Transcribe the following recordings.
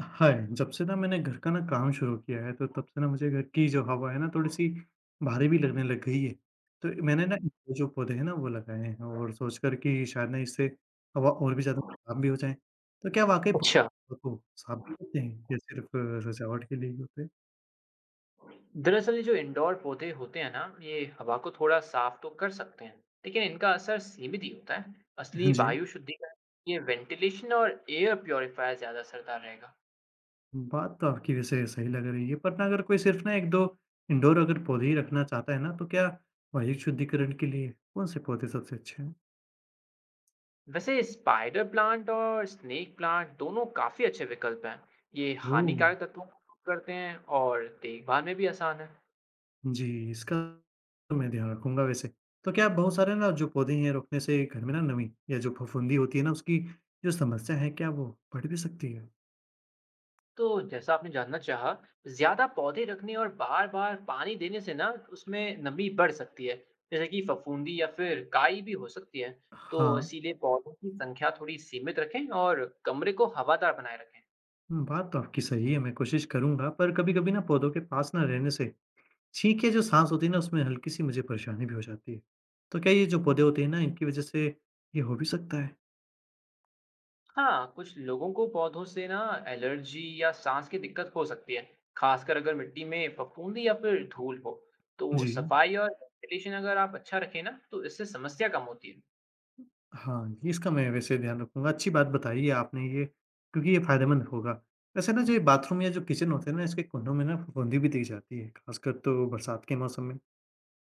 हाँ, जब से ना मैंने घर का ना काम शुरू किया है, तो तब से ना मुझे घर की जो हवा है ना थोड़ी-सी भारी भी लगने लग गई है। तो मैंने ना ये जो पौधे हैं ना वो लगाए हैं और सोचकर कि शायद ना इससे हवा और भी ज़्यादा साफ भी हो जाए। तो क्या वाक़ई अच्छा, पौधों को साफ भी करते हैं या सिर्फ़ सजावट के लिए ही होते हैं? दरअसल ये जो इंडोर पौधे होते हैं ना, ये हवा को थोड़ा साफ तो कर सकते हैं, लेकिन इनका असर सीमित ही होता है। असली हाँ जी, वायु शुद्धिकरण ये वेंटिलेशन और एयर प्योरीफायर ज़्यादा असरदार रहेगा। बात तो आपकी वैसे सही लग रही है, पर ना अगर कोई सिर्फ़ ना 1-2 इंडोर अगर पौधे ही रखना चाहता है ना, तो क्या वायु शुद्धिकरण के लिए कौन से पौधे सबसे अच्छे हैं? वैसे स्पाइडर प्लांट और स्नेक प्लांट दोनों काफ़ी अच्छे विकल्प हैं। ये ओह! हानिकारक तत्वों को दूर करते हैं और देखभाल में भी आसान है। जी, इसका मैं ध्यान रखूँगा वैसे। तो क्या आप बहुत सारे ना जो पौधे हैं रोपने से घर में ना नमी या जो फफूंदी होती है ना उसकी जो समस्या है क्या वो बढ़ भी सकती है? तो जैसा आपने जानना चाहा, ज्यादा पौधे रखने और बार-बार पानी देने से ना उसमें नमी बढ़ सकती है, जैसे कि फफूंदी या फिर काई भी हो सकती है। तो हाँ, इसीलिए पौधों की संख्या थोड़ी सीमित रखें और कमरे को हवादार बनाए रखें। बात तो आपकी सही है, मैं कोशिश करूँगा पर कभी-कभी ना पौधों के पास ना रहने से छींक या जो साँस होती है ना उसमें हल्की-सी मुझे परेशानी भी हो जाती है। तो क्या ये जो पौधे होते हैं ना इनकी वज़ह से ये हो भी सकता है? हाँ, कुछ लोगों को पौधों से ना एलर्जी या सांस की दिक्कत हो सकती है, खासकर अगर मिट्टी में फफूंदी या फिर धूल हो। तो जी। सफाई और वेंटिलेशन अगर आप अच्छा रखें ना, तो इससे समस्या कम होती है। हाँ, ये इसका मैं वैसे ध्यान रखूँगा। अच्छी बात बताई है आपने ये, क्योंकि ये फ़ायदेमंद होगा। वैसे ना जो ये बाथरूम या जो किचन होते हैं ना, इसके कुंडों में ना फफूंदी भी दिख जाती है, ख़ासकर तो बरसात के मौसम में।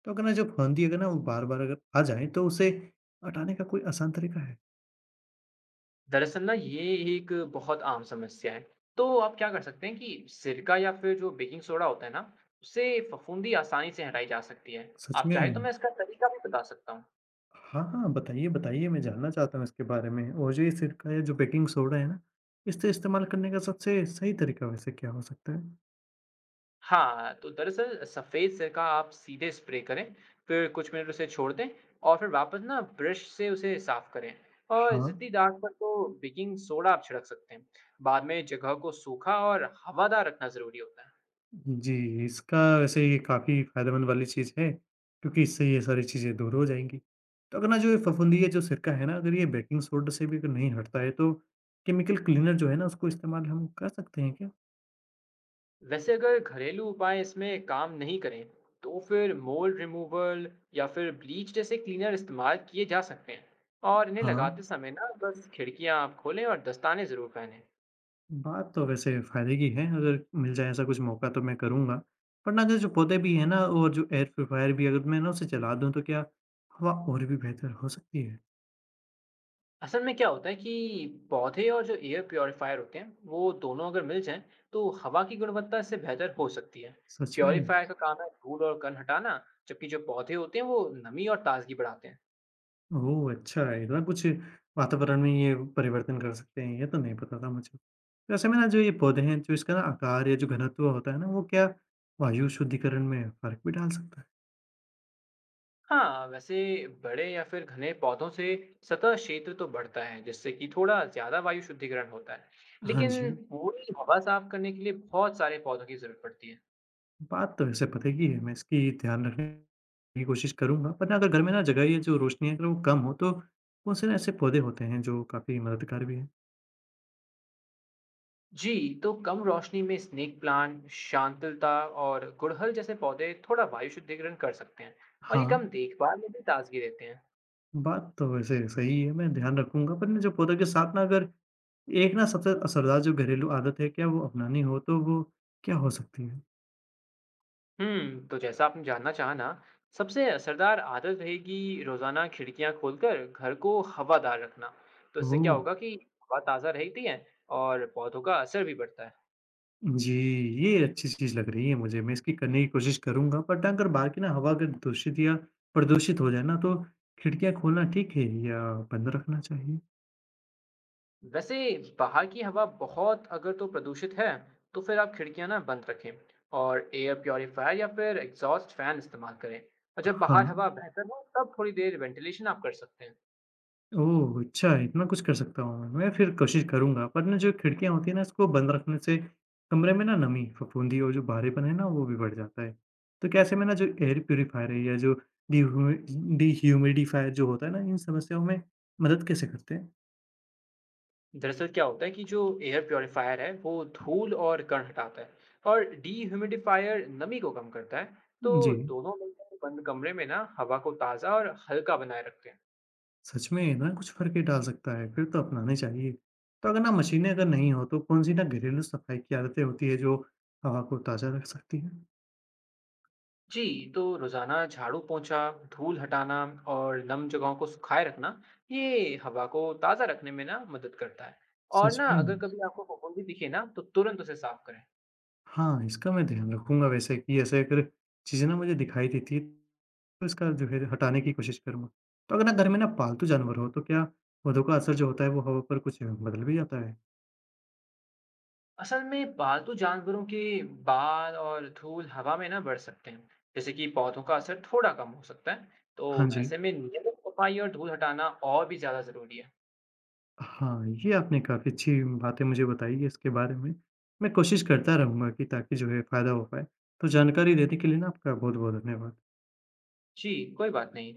तो अगर ना जो फफूंदी अगर ना वो बार-बार अगर आ जाए, तो उसे हटाने का कोई आसान तरीका है? दरअसल ना ये एक बहुत आम समस्या है। तो आप क्या कर सकते हैं कि सिरका या फिर जो बेकिंग सोडा होता है ना, उससे फफूंदी आसानी से हटाई जा सकती है। सच आप में? चाहे तो मैं इसका तरीका भी बता सकता हूँ। हाँ, हाँ, बताइए, बताइए, मैं जानना चाहता हूँ इसके बारे में। और जो ये सिरका या जो बेकिंग सोडा है ना, इससे इस्तेमाल करने का सबसे सही तरीका वैसे क्या हो सकता है? हाँ, तो दरअसल सफ़ेद सिरका आप सीधे स्प्रे करें, फिर कुछ मिनट उसे छोड़ दें और फिर वापस ना ब्रश से उसे साफ करें। और हाँ। ज़िद्दी दाग पर तो बेकिंग सोडा आप छिड़क सकते हैं। बाद में जगह को सूखा और हवादार रखना ज़रूरी होता है। जी, इसका वैसे ये काफ़ी फ़ायदेमंद वाली चीज़ है, क्योंकि इससे ये सारी चीज़ें दूर हो जाएँगी। तो अगर ना जो ये फफूंदी या जो सिरका है ना, अगर ये बेकिंग सोडा से भी अगर नहीं हटता है, तो केमिकल क्लीनर जो है ना, उसको इस्तेमाल हम कर सकते हैं क्या? वैसे अगर घरेलू उपाय इसमें काम नहीं करें, तो फिर मोल्ड रिमूवल या फिर ब्लीच जैसे क्लीनर इस्तेमाल किए जा सकते हैं। और इन्हें लगाते हाँ। समय ना बस खिड़कियां आप खोलें और दस्ताने ज़रूर पहनें। बात तो वैसे फ़ायदे की है, अगर मिल जाए ऐसा कुछ मौका तो मैं करूँगा। पर ना अगर जो पौधे भी हैं ना और जो एयर प्यूरीफायर भी अगर मैं ना उसे जला दूँ, तो क्या हवा और भी बेहतर हो सकती है? असल में क्या होता है कि पौधे और जो एयर प्योरीफायर होते हैं वो दोनों अगर मिल जाएं, तो हवा की गुणवत्ता इससे बेहतर हो सकती है। सच में? प्योरीफायर का काम है धूल और कण हटाना, जबकि जो पौधे होते हैं वो नमी और ताजगी बढ़ाते हैं। ओह! अच्छा, इतना कुछ वातावरण में ये परिवर्तन कर सकते हैं, ये तो नहीं पता था मुझे। तो ऐसे में ना जो ये पौधे हैं, जो इसका ना आकार या जो घनत्व होता है ना, वो क्या वायु शुद्धिकरण में फ़र्क भी डाल सकता है? हाँ, वैसे बड़े या फिर घने पौधों से सतह क्षेत्र तो बढ़ता है, जिससे कि थोड़ा ज्यादा वायु शुद्धिकरण होता है। हाँ जी, लेकिन पूरी हवा साफ करने के लिए बहुत सारे पौधों की जरूरत पड़ती है। बात तो वैसे पते की है, मैं इसकी ध्यान रखने की कोशिश करूँगा। पर ना अगर घर में ना जगह या जो रोशनी है अगर वो कम हो, तो कौन-से ना ऐसे पौधे होते हैं जो काफ़ी मददगार भी हैं? जी, तो कम रोशनी में स्नेक प्लांट, शांतलता और गुड़हल जैसे पौधे थोड़ा वायु शुद्धिकरण कर सकते हैं। और ये हाँ, कम देखभाल में भी ताजगी देते हैं। बात तो वैसे सही है, मैं ध्यान रखूँगा। पर ना जो पौधों के साथ ना अगर एक ना सबसे असरदार जो घरेलू आदत है, क्या वो अपनानी हो तो वो क्या हो सकती है? हम्म, तो जैसा आपने जानना चाहा ना, सबसे असरदार आदत रहेगी रोजाना खिड़कियां खोलकर घर को हवादार रखना। तो इससे ओह! क्या होगा कि हवा ताजा रहती है और पौधों का असर भी बढ़ता है। जी, ये अच्छी चीज़ लग रही है मुझे, मैं इसकी करने की कोशिश करूँगा, बट अगर बाहर की ना हवा अगर दूषित या प्रदूषित हो जाए ना, तो खिड़कियाँ खोलना ठीक है या बंद रखना चाहिए? वैसे बाहर की हवा बहुत अगर तो प्रदूषित है, तो फिर आप खिड़कियां ना बंद रखें और एयर प्योरीफायर या फिर एग्जॉस्ट फैन इस्तेमाल करें। और जब बाहर हवा हाँ। बेहतर हो, तब थोड़ी देर वेंटिलेशन आप कर सकते हैं। ओह! अच्छा, इतना कुछ कर सकता हूँ मैं। मैं फिर कोशिश करूँगा, पर ना जो खिड़कियाँ होती हैं ना, इसको बंद रखने से कमरे में ना नमी, फफूंदी और जो भारेपन है ना, वो भी बढ़ जाता है। तो क्या ऐसे में ना जो एयर प्यूरीफायर है या जो डिह्यूमि डिह्यूमिडिफ़ायर जो होता है ना, इन समस्याओं में मदद कैसे करते हैं? दरअसल क्या होता है कि जो एयर प्योरीफायर है वो धूल और कण हटाता है, और डीह्यूमिडिफायर नमी को कम करता है। तो जी, दोनों मिलकर बंद कमरे में ना हवा को ताज़ा और हल्का बनाए रखते हैं। सच में ना कुछ फ़र्क ही डाल सकता है, फिर तो अपनाने चाहिए। तो अगर ना मशीनें अगर नहीं हो, तो कौन-सी ना घरेलू सफाई की आदतें होती है, जो हवा को ताज़ा रख सकती हैं? जी, तो रोज़ाना झाड़ू पोंछा, धूल हटाना और नम जगहों को सुखाए रखना, ये हवा को ताज़ा रखने में ना मदद करता है। और सच ना में? अगर कभी आपको फफूंदी दिखे ना, तो तुरंत उसे साफ करें। हाँ, इसका मैं ध्यान रखूँगा वैसे कि ऐसे अगर चीज़ें ना मुझे दिखाई देती हैं, तो इसका जो है हटाने की कोशिश करूँगा। तो अगर ना घर में ना पालतू जानवर हो, तो क्या पौधों का असर जो होता है, वो हवा पर कुछ बदल भी जाता है? असल में पालतू जानवरों के बाल और धूल हवा में ना बढ़ सकते हैं, जैसे कि पौधों का असर थोड़ा कम हो सकता है। तो हाँ जी। ऐसे में नियमित सफाई और धूल हटाना और भी ज्यादा जरूरी है। हाँ, ये आपने काफ़ी अच्छी बातें मुझे बताई है इसके बारे में। मैं कोशिश करता रहूँगा कि ताकि जो है फ़ायदा हो पाए। तो जानकारी देने के लिए ना आपका बहुत-बहुत धन्यवाद। जी, कोई बात नहीं।